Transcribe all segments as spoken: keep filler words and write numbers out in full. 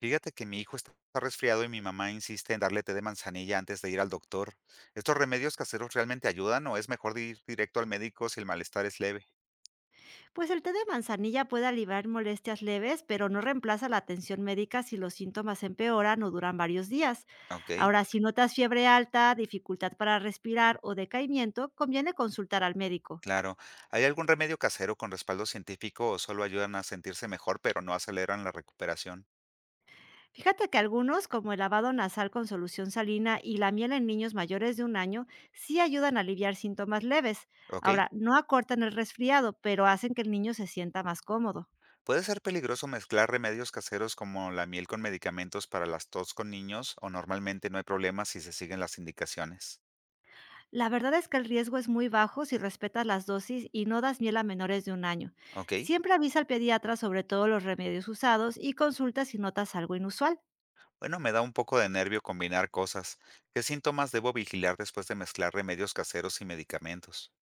Fíjate que mi hijo está resfriado y mi mamá insiste en darle té de manzanilla antes de ir al doctor. ¿Estos remedios caseros realmente ayudan o es mejor de ir directo al médico si el malestar es leve? Pues el té de manzanilla puede aliviar molestias leves, pero no reemplaza la atención médica si los síntomas empeoran o duran varios días. Ok, Ahora, si notas fiebre alta, dificultad para respirar o decaimiento, conviene consultar al médico. claro. ¿Hay algún remedio casero con respaldo científico o solo ayudan a sentirse mejor pero no aceleran la recuperación? Fíjate que algunos, como el lavado nasal con solución salina y la miel en niños mayores de un año, sí ayudan a aliviar síntomas leves. Ok. Ahora, no acortan el resfriado, pero hacen que el niño se sienta más cómodo. ¿Puede ser peligroso mezclar remedios caseros como la miel con medicamentos para las tos con niños o normalmente no hay problema si se siguen las indicaciones? La verdad es que el riesgo es muy bajo si respetas las dosis y no das miel a menores de un año. Ok. Siempre avisa al pediatra sobre todos los remedios usados y consulta si notas algo inusual, Bueno, me da un poco de nervio combinar cosas. ¿Qué síntomas debo vigilar después de mezclar remedios caseros y medicamentos?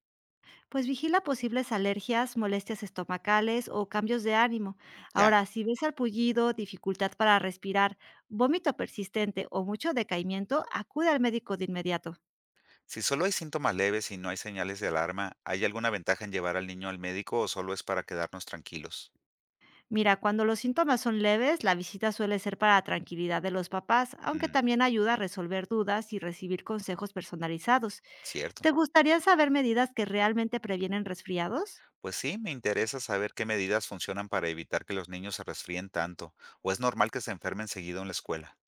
pues vigila posibles alergias, molestias estomacales o cambios de ánimo. Ya, Ahora, si ves sarpullido, dificultad para respirar, vómito persistente o mucho decaimiento, acude al médico de inmediato. si solo hay síntomas leves y no hay señales de alarma, ¿hay alguna ventaja en llevar al niño al médico o solo es para quedarnos tranquilos? Mira, cuando los síntomas son leves, la visita suele ser para la tranquilidad de los papás, aunque Mm, también ayuda a resolver dudas y recibir consejos personalizados. cierto. ¿Te gustaría saber medidas que realmente previenen resfriados? Pues sí, me interesa saber qué medidas funcionan para evitar que los niños se resfríen tanto, o es normal que se enfermen seguido en la escuela,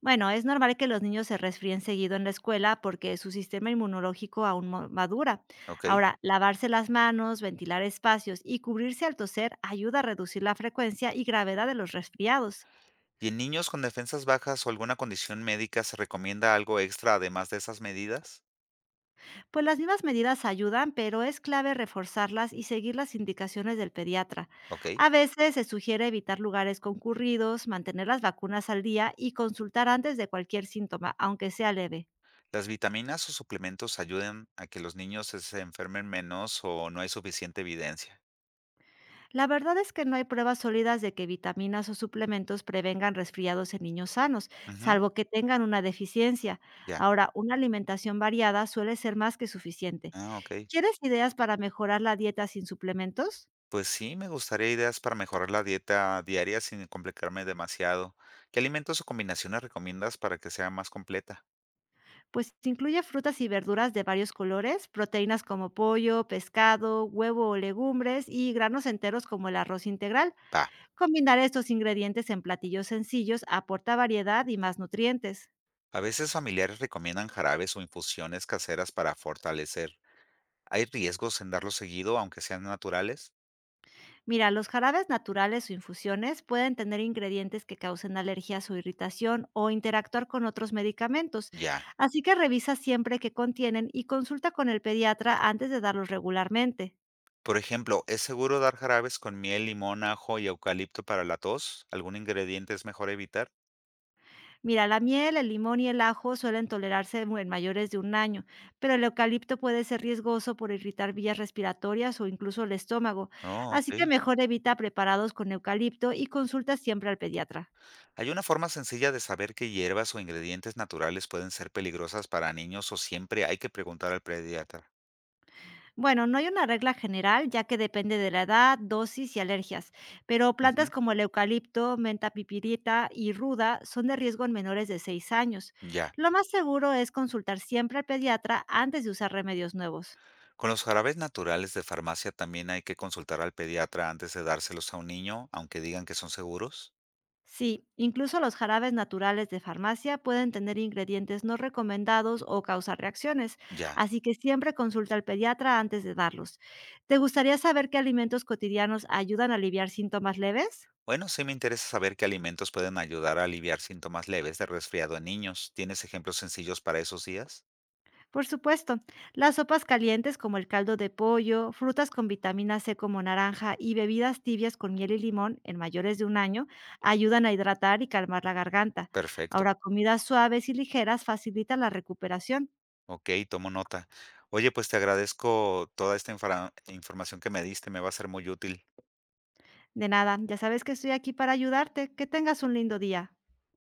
Bueno, es normal que los niños se resfríen seguido en la escuela porque su sistema inmunológico aún no madura. ¿ok? Ahora, lavarse las manos, ventilar espacios y cubrirse al toser ayuda a reducir la frecuencia y gravedad de los resfriados. ¿Y en niños con defensas bajas o alguna condición médica se recomienda algo extra además de esas medidas? Pues las mismas medidas ayudan, pero es clave reforzarlas y seguir las indicaciones del pediatra. ¿Ok? A veces se sugiere evitar lugares concurridos, mantener las vacunas al día y consultar antes de cualquier síntoma, aunque sea leve. Las vitaminas o suplementos ayudan a que los niños se se enfermen menos o no hay suficiente evidencia. La verdad es que no hay pruebas sólidas de que vitaminas o suplementos prevengan resfriados en niños sanos, Ujú, salvo que tengan una deficiencia. ya. Ahora, una alimentación variada suele ser más que suficiente. Ah, ok. ¿Quieres ideas para mejorar la dieta sin suplementos? Pues sí, me gustaría ideas para mejorar la dieta diaria sin complicarme demasiado. ¿Qué alimentos o combinaciones recomiendas para que sea más completa? Pues incluye frutas y verduras de varios colores, proteínas como pollo, pescado, huevo o legumbres y granos enteros como el arroz integral. Pa. Combinar estos ingredientes en platillos sencillos aporta variedad y más nutrientes. A veces familiares recomiendan jarabes o infusiones caseras para fortalecer. ¿Hay riesgos en darlo seguido, aunque sean naturales? Mira, los jarabes naturales o infusiones pueden tener ingredientes que causen alergias o irritación o interactuar con otros medicamentos, Ya. así que revisa siempre qué contienen y consulta con el pediatra antes de darlos regularmente. Por ejemplo, ¿es seguro dar jarabes con miel, limón, ajo y eucalipto para la tos? ¿Algún ingrediente es mejor evitar? Mira, la miel, el limón y el ajo suelen tolerarse mu- en mayores de un año, pero el eucalipto puede ser riesgoso por irritar vías respiratorias o incluso el estómago, Oh, así que ok. mejor evita preparados con eucalipto y consulta siempre al pediatra. ¿Hay una forma sencilla de saber qué hierbas o ingredientes naturales pueden ser peligrosas para niños o siempre hay que preguntar al pediatra? Bueno, no hay una regla general, ya que depende de la edad, dosis y alergias, pero Ujú, plantas como el eucalipto, menta pipirita y ruda son de riesgo en menores de seis años. ya. Lo más seguro es consultar siempre al pediatra antes de usar remedios nuevos. Con los jarabes naturales de farmacia también hay que consultar al pediatra antes de dárselos a un niño, aunque digan que son seguros. Sí, incluso los jarabes naturales de farmacia pueden tener ingredientes no recomendados o causar reacciones, Ya. así que siempre consulta al pediatra antes de darlos. ¿Te gustaría saber qué alimentos cotidianos ayudan a aliviar síntomas leves? Bueno, sí me interesa saber qué alimentos pueden ayudar a aliviar síntomas leves de resfriado en niños. ¿Tienes ejemplos sencillos para esos días? Por supuesto, las sopas calientes como el caldo de pollo, frutas con vitamina ce como naranja y bebidas tibias con miel y limón en mayores de un año ayudan a hidratar y calmar la garganta. Perfecto. Ahora, comidas suaves y ligeras facilitan la recuperación. Okey, tomo nota. Oye, pues, te agradezco toda esta infra información que me diste, me va a ser muy útil. De nada, ya sabes que estoy aquí para ayudarte. Que tengas un lindo día.